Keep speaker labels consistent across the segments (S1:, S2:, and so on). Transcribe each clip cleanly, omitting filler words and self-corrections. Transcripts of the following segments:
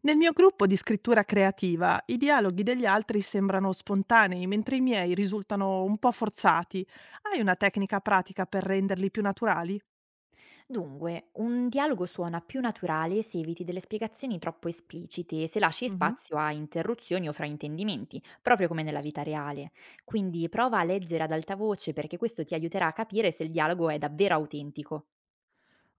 S1: Nel mio gruppo di scrittura creativa i dialoghi degli altri sembrano spontanei, mentre i miei risultano un po' forzati. Hai una tecnica pratica per renderli più naturali?
S2: Dunque, un dialogo suona più naturale se eviti delle spiegazioni troppo esplicite e se lasci
S1: Mhm.
S2: spazio a interruzioni o fraintendimenti, proprio come nella vita reale. Quindi prova a leggere ad alta voce perché questo ti aiuterà a capire se il dialogo è davvero autentico.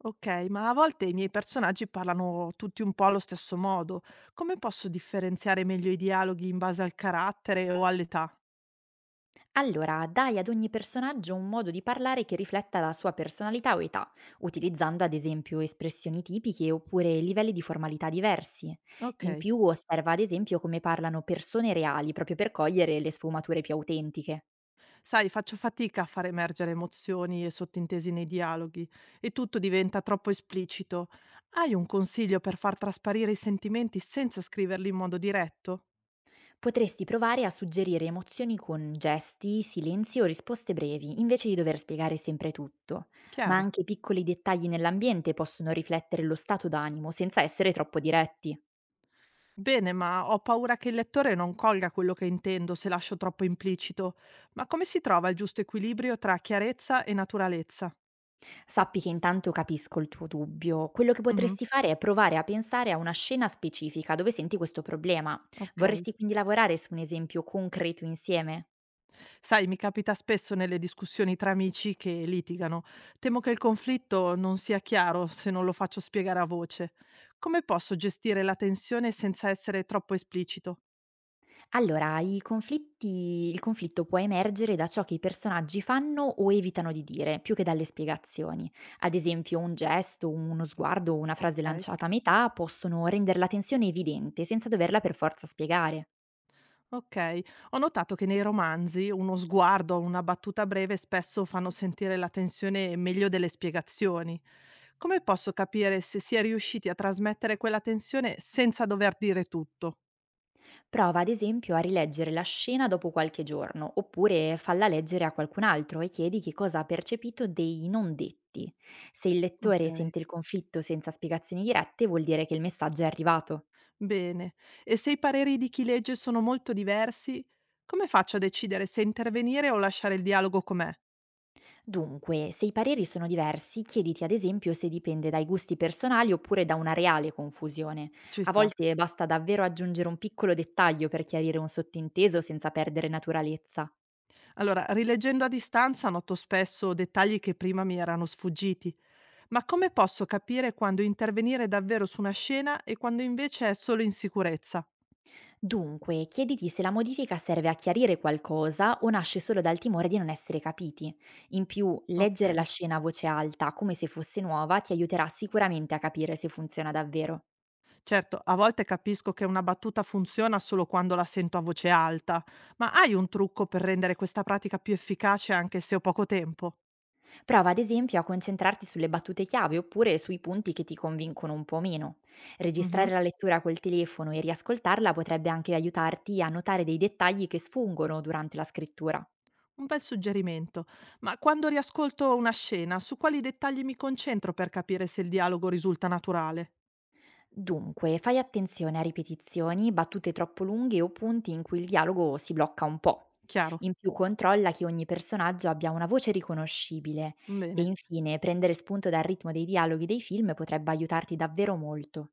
S1: Ok, ma a volte i miei personaggi parlano tutti un po' allo stesso modo. Come posso differenziare meglio i dialoghi in base al carattere o all'età?
S2: Allora, dai ad ogni personaggio un modo di parlare che rifletta la sua personalità o età, utilizzando ad esempio espressioni tipiche oppure livelli di formalità diversi.
S1: Ok.
S2: In più osserva ad esempio come parlano persone reali proprio per cogliere le sfumature più autentiche.
S1: Sai, faccio fatica a far emergere emozioni e sottintesi nei dialoghi e tutto diventa troppo esplicito. Hai un consiglio per far trasparire i sentimenti senza scriverli in modo diretto?
S2: Potresti provare a suggerire emozioni con gesti, silenzi o risposte brevi, invece di dover spiegare sempre tutto, ma
S1: Chiaro.
S2: anche piccoli dettagli nell'ambiente possono riflettere lo stato d'animo senza essere troppo diretti.
S1: Bene, ma ho paura che il lettore non colga quello che intendo se lascio troppo implicito. Ma come si trova il giusto equilibrio tra chiarezza e naturalezza?
S2: Sappi che intanto capisco il tuo dubbio, quello che
S1: Mhm,
S2: potresti fare è provare a pensare a una scena specifica dove senti questo problema.
S1: ok.
S2: Vorresti quindi lavorare su un esempio concreto insieme?
S1: Sai, mi capita spesso nelle discussioni tra amici che litigano. Temo che il conflitto non sia chiaro se non lo faccio spiegare a voce. Come posso gestire la tensione senza essere troppo esplicito?
S2: Allora, i conflitti il conflitto può emergere da ciò che i personaggi fanno o evitano di dire, più che dalle spiegazioni. Ad esempio, un gesto, uno sguardo o una frase
S1: Ok.
S2: lanciata a metà possono rendere la tensione evidente senza doverla per forza spiegare.
S1: Ok, ho notato che nei romanzi uno sguardo o una battuta breve spesso fanno sentire la tensione meglio delle spiegazioni. Come posso capire se si è riusciti a trasmettere quella tensione senza dover dire tutto?
S2: Prova ad esempio a rileggere la scena dopo qualche giorno, oppure falla leggere a qualcun altro e chiedi che cosa ha percepito dei non detti. Se il
S1: Ok.
S2: lettore sente il conflitto senza spiegazioni dirette, vuol dire che il messaggio è arrivato.
S1: Bene. E se i pareri di chi legge sono molto diversi, come faccio a decidere se intervenire o lasciare il dialogo com'è?
S2: Dunque, se i pareri sono diversi, chiediti ad esempio se dipende dai gusti personali oppure da una reale confusione.
S1: Ci
S2: A
S1: sta.
S2: volte basta davvero aggiungere un piccolo dettaglio per chiarire un sottinteso senza perdere naturalezza.
S1: Allora, rileggendo a distanza noto spesso dettagli che prima mi erano sfuggiti. Ma come posso capire quando intervenire davvero su una scena e quando invece è solo insicurezza?
S2: Dunque, chiediti se la modifica serve a chiarire qualcosa o nasce solo dal timore di non essere capiti. In più, leggere
S1: Ok.
S2: la scena a voce alta, come se fosse nuova, ti aiuterà sicuramente a capire se funziona davvero.
S1: Certo, a volte capisco che una battuta funziona solo quando la sento a voce alta, ma hai un trucco per rendere questa pratica più efficace anche se ho poco tempo?
S2: Prova ad esempio a concentrarti sulle battute chiave oppure sui punti che ti convincono un po' meno.
S1: Mhm.
S2: Registrare la lettura col telefono e riascoltarla potrebbe anche aiutarti a notare dei dettagli che sfuggono durante la scrittura.
S1: Un bel suggerimento. Ma quando riascolto una scena, su quali dettagli mi concentro per capire se il dialogo risulta naturale?
S2: Dunque, fai attenzione a ripetizioni, battute troppo lunghe o punti in cui il dialogo si blocca un po'.
S1: Chiaro.
S2: In più controlla che ogni personaggio abbia una voce riconoscibile e
S1: Bene.
S2: infine prendere spunto dal ritmo dei dialoghi dei film potrebbe aiutarti davvero molto.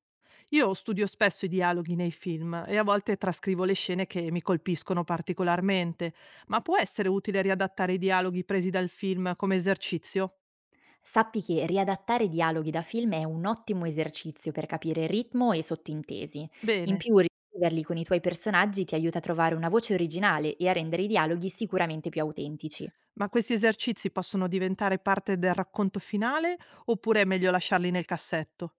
S1: Io studio spesso i dialoghi nei film e a volte trascrivo le scene che mi colpiscono particolarmente, ma può essere utile riadattare i dialoghi presi dal film come esercizio?
S2: Sappi che riadattare dialoghi da film è un ottimo esercizio per capire ritmo e sottintesi. In
S1: Bene.
S2: più, riviverli con i tuoi personaggi ti aiuta a trovare una voce originale e a rendere i dialoghi sicuramente più autentici.
S1: Ma questi esercizi possono diventare parte del racconto finale oppure è meglio lasciarli nel cassetto?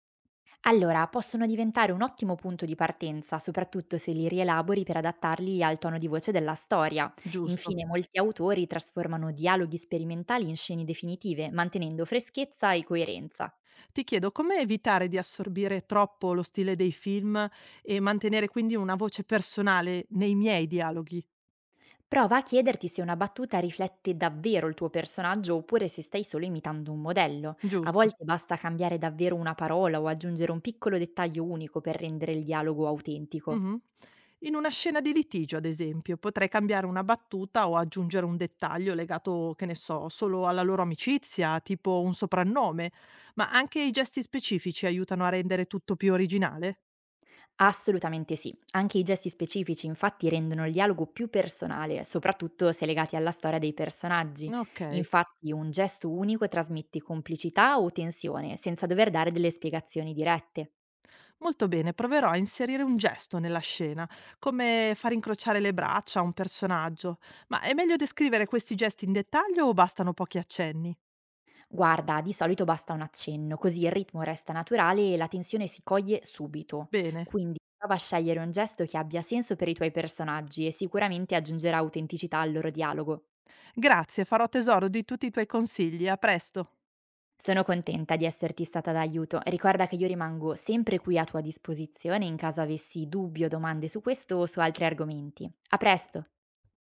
S2: Allora, possono diventare un ottimo punto di partenza, soprattutto se li rielabori per adattarli al tono di voce della storia.
S1: Giusto.
S2: Infine, molti autori trasformano dialoghi sperimentali in scene definitive, mantenendo freschezza e coerenza.
S1: Ti chiedo come evitare di assorbire troppo lo stile dei film e mantenere quindi una voce personale nei miei dialoghi,
S2: Prova a chiederti se una battuta riflette davvero il tuo personaggio oppure se stai solo imitando un modello. A
S1: giusto?
S2: volte basta cambiare davvero una parola o aggiungere un piccolo dettaglio unico per rendere il dialogo autentico.
S1: Mh-mh. In una scena di litigio, ad esempio, potrei cambiare una battuta o aggiungere un dettaglio legato, che ne so, solo alla loro amicizia, tipo un soprannome, ma anche i gesti specifici aiutano a rendere tutto più originale?
S2: Assolutamente sì, anche i gesti specifici infatti rendono il dialogo più personale, soprattutto se legati alla storia dei personaggi.
S1: Ok.
S2: Infatti un gesto unico trasmette complicità o tensione, senza dover dare delle spiegazioni dirette.
S1: Molto bene, proverò a inserire un gesto nella scena, come far incrociare le braccia a un personaggio. Ma è meglio descrivere questi gesti in dettaglio o bastano pochi accenni?
S2: Guarda, di solito basta un accenno, così il ritmo resta naturale e la tensione si coglie subito.
S1: Bene.
S2: Quindi prova a scegliere un gesto che abbia senso per i tuoi personaggi e sicuramente aggiungerà autenticità al loro dialogo.
S1: Grazie, farò tesoro di tutti i tuoi consigli. A presto.
S2: Sono contenta di esserti stata d'aiuto. Ricorda che io rimango sempre qui a tua disposizione in caso avessi dubbi o domande su questo o su altri argomenti. A presto!